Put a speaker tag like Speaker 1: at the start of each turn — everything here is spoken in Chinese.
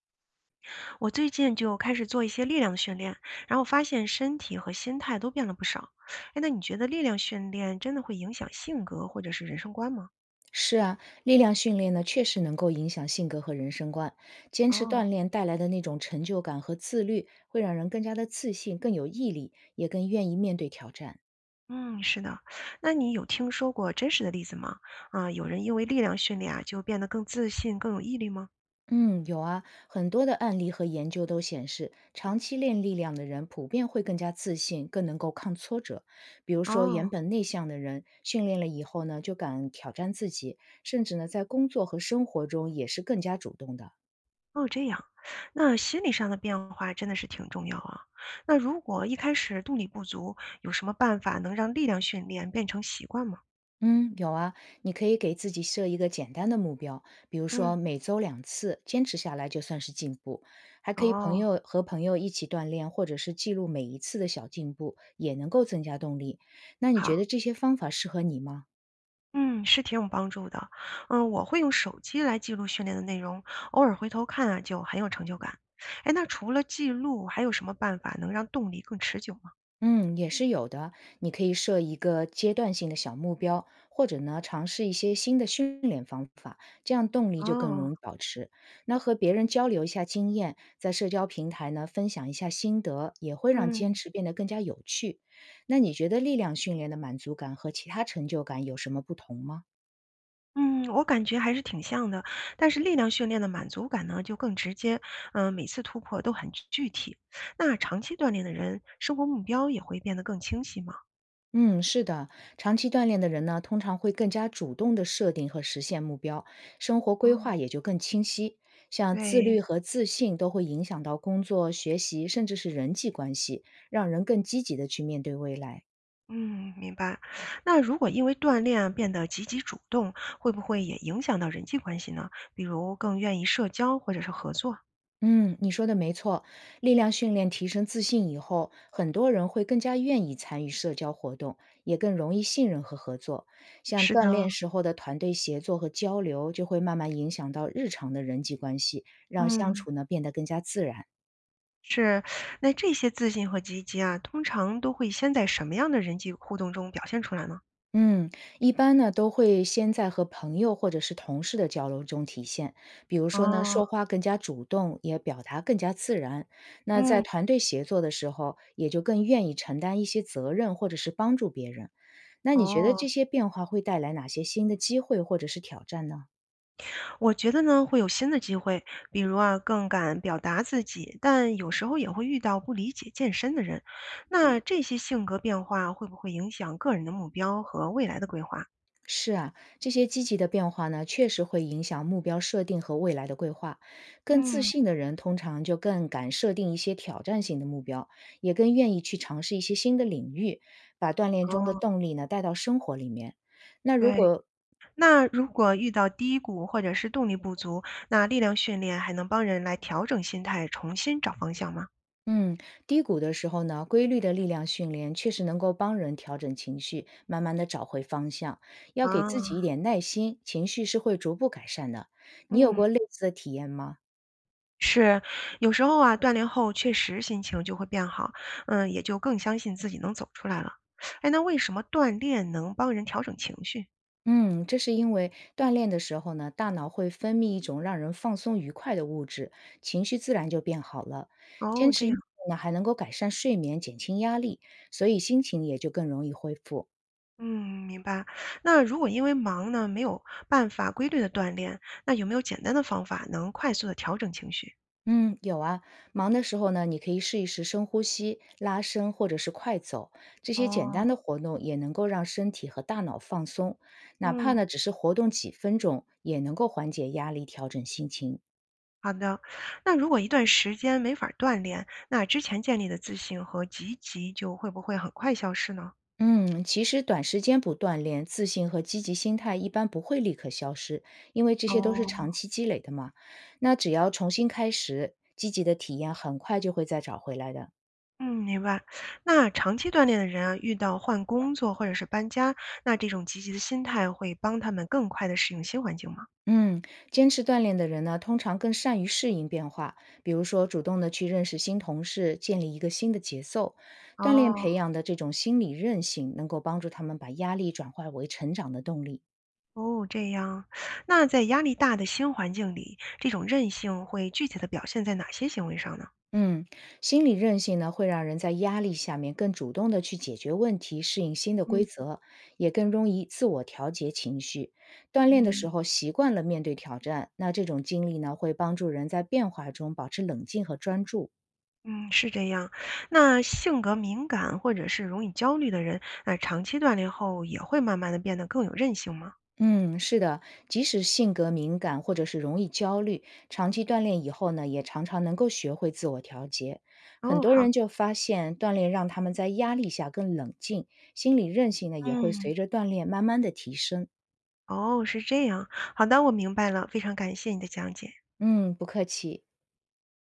Speaker 1: 我最近就开始做一些力量的训练，然后发现身体和心态都变了不少。哎，那你觉得力量训练真的会影响性格或者是人生观吗？
Speaker 2: 是啊，力量训练呢，确实能够影响性格和人生观。坚持
Speaker 1: 哦，
Speaker 2: 锻炼带来的那种成就感和自律，会让人更加的自信、更有毅力，也更愿意面对挑战。
Speaker 1: 嗯，是的。那你有听说过真实的例子吗？啊，有人因为力量训练啊，就变得更自信、更有毅力吗？
Speaker 2: 嗯，有啊，很多的案例和研究都显示，长期练力量的人普遍会更加自信，更能够抗挫折。比如说，原
Speaker 1: 哦，
Speaker 2: 本内向的人，训练了以后呢，就敢挑战自己，甚至呢，在工作和生活中也是更加主动的。
Speaker 1: 哦，这样。那心理上的变化真的是挺重要啊。那如果一开始动力不足，有什么办法能让力量训练变成习惯吗？
Speaker 2: 嗯，有啊，你可以给自己设一个简单的目标，比如
Speaker 1: 嗯，
Speaker 2: 说每周两次，坚持下来就算是进步。还可以朋
Speaker 1: 哦，
Speaker 2: 友和朋友一起锻炼，或者是记录每一次的小进步，也能够增加动力。那你觉
Speaker 1: 好。
Speaker 2: 得这些方法适合你吗？
Speaker 1: 嗯，是挺有帮助的。嗯，我会用手机来记录训练的内容，偶尔回头看啊，就很有成就感。哎，那除了记录，还有什么办法能让动力更持久吗？
Speaker 2: 嗯，也是有的。你可以设一个阶段性的小目标，或者呢，尝试一些新的训练方法，这样动力就更
Speaker 1: 哦，
Speaker 2: 容易保持。那和别人交流一下经验，在社交平台呢分享一下心得，也会让坚
Speaker 1: 嗯
Speaker 2: 持变得更加有趣。那你觉得力量训练的满足感和其他成就感有什么不同吗？
Speaker 1: 嗯，我感觉还是挺像的，但是力量训练的满足感呢就更直接，嗯，每次突破都很具体。那长期锻炼的人，生活目标也会变得更清晰吗？
Speaker 2: 嗯，是的，长期锻炼的人呢，通常会更加主动地设定和实现目标，生活规
Speaker 1: 嗯，
Speaker 2: 划也就更清晰。像自
Speaker 1: 对。
Speaker 2: 律和自信都会影响到工作、学习，甚至是人际关系，让人更积极地去面对未来。
Speaker 1: 嗯，明白。那如果因为锻炼啊变得积极主动，会不会也影响到人际关系呢？比如更愿意社交或者是合作？
Speaker 2: 嗯，你说的没错，力量训练提升自信以后，很多人会更加愿意参与社交活动，也更容易信任和合作。像
Speaker 1: 是
Speaker 2: 锻
Speaker 1: 的，
Speaker 2: 炼时候的团队协作和交流，就会慢慢影响到日常的人际关系，让相
Speaker 1: 嗯，
Speaker 2: 处呢变得更加自然。
Speaker 1: 是。那这些自信和积极啊，通常都会先在什么样的人际互动中表现出来呢？
Speaker 2: 嗯，一般呢都会先在和朋友或者是同事的交流中体现，比如说呢，
Speaker 1: 哦，
Speaker 2: 说话更加主动，也表达更加自然。那在
Speaker 1: 嗯，
Speaker 2: 团队协作的时候，也就更愿意承担一些责任或者是帮助别人。那你觉得
Speaker 1: 哦，
Speaker 2: 这些变化会带来哪些新的机会或者是挑战呢？
Speaker 1: 我觉得呢，会有新的机会，比如啊，更敢表达自己，但有时候也会遇到不理解健身的人。那这些性格变化会不会影响个人的目标和未来的规划？
Speaker 2: 是啊，这些积极的变化呢，确实会影响目标设定和未来的规划。更自
Speaker 1: 嗯，
Speaker 2: 信的人通常就更敢设定一些挑战性的目标，也更愿意去尝试一些新的领域，把锻炼中的
Speaker 1: 哦，
Speaker 2: 动力呢带到生活里面。那如
Speaker 1: 对。
Speaker 2: 果
Speaker 1: 那如果遇到低谷或者是动力不足，那力量训练还能帮人来调整心态，重新找方向吗？
Speaker 2: 嗯，低谷的时候呢，规律的力量训练确实能够帮人调整情绪，慢慢的找回方向。要给自己
Speaker 1: 啊，
Speaker 2: 一点耐心，情绪是会逐步改善的。你有
Speaker 1: 嗯，
Speaker 2: 过类似的体验吗？
Speaker 1: 是，有时候啊，锻炼后确实心情就会变好，嗯，也就更相信自己能走出来了。哎，那为什么锻炼能帮人调整情绪？
Speaker 2: 嗯，这是因为锻炼的时候呢，大脑会分泌一种让人放松愉快的物质，情绪自然就变好了。
Speaker 1: 哦，
Speaker 2: 坚
Speaker 1: 这
Speaker 2: 持运
Speaker 1: 样，
Speaker 2: 动呢，还能够改善睡眠，减轻压力，所以心情也就更容易恢复。
Speaker 1: 嗯，明白。那如果因为忙呢，没有办法规律的锻炼，那有没有简单的方法能快速的调整情绪？
Speaker 2: 嗯，有啊，忙的时候呢，你可以试一试深呼吸、拉伸或者是快走，这些简
Speaker 1: 哦，
Speaker 2: 单的活动也能够让身体和大脑放松，哪怕
Speaker 1: 嗯。
Speaker 2: 呢只是活动几分钟，也能够缓解压力，调整心情。
Speaker 1: 好的，那如果一段时间没法儿锻炼，那之前建立的自信和积极就会不会很快消失呢？
Speaker 2: 嗯，其实短时间不锻炼，自信和积极心态一般不会立刻消失，因为这
Speaker 1: 嗯
Speaker 2: 些都是
Speaker 1: 哦，
Speaker 2: 长期积累的嘛。那只要重新开始，积极的体验很快就会再找回来的。
Speaker 1: 嗯，明白。那长期锻炼的人啊，遇到换工作或者是搬家，那这种积极的心态会帮他们更快的适应新环境吗？
Speaker 2: 嗯，坚持锻炼的人呢，通常更善于适应变化，比如说主动的去认识新同事，建立一个新的节奏。锻炼
Speaker 1: 哦，
Speaker 2: 培养的这种心理韧性，能够帮助他们把压力转化为成长的动力。
Speaker 1: 哦，这样。那在压力大的新环境里，这种韧性会具体的表现在哪些行为上呢？
Speaker 2: 嗯，心理韧性呢，会让人在压力下面更主动的去解决问题，适应新的规
Speaker 1: 嗯
Speaker 2: 则，也更容易自我调节情绪。锻炼的
Speaker 1: 嗯。
Speaker 2: 时候习惯了面对挑战，那这种经历呢，会帮助人在变化中保持冷静和专注。
Speaker 1: 嗯，是这样。那性格敏感或者是容易焦虑的人，那长期锻炼后也会慢慢的变得更有韧性吗？
Speaker 2: 嗯，是的，即使性格敏感或者是容易焦虑，长期锻炼以后呢，也常常能够学会自我调节。很
Speaker 1: 哦，
Speaker 2: 多
Speaker 1: 好，
Speaker 2: 人就发现，锻炼让他们在压力下更冷静，心理韧性呢也会
Speaker 1: 嗯，
Speaker 2: 随着锻炼慢慢的提升。
Speaker 1: 哦，是这样。好的，我明白了，非常感谢你的讲解。
Speaker 2: 嗯，不客气。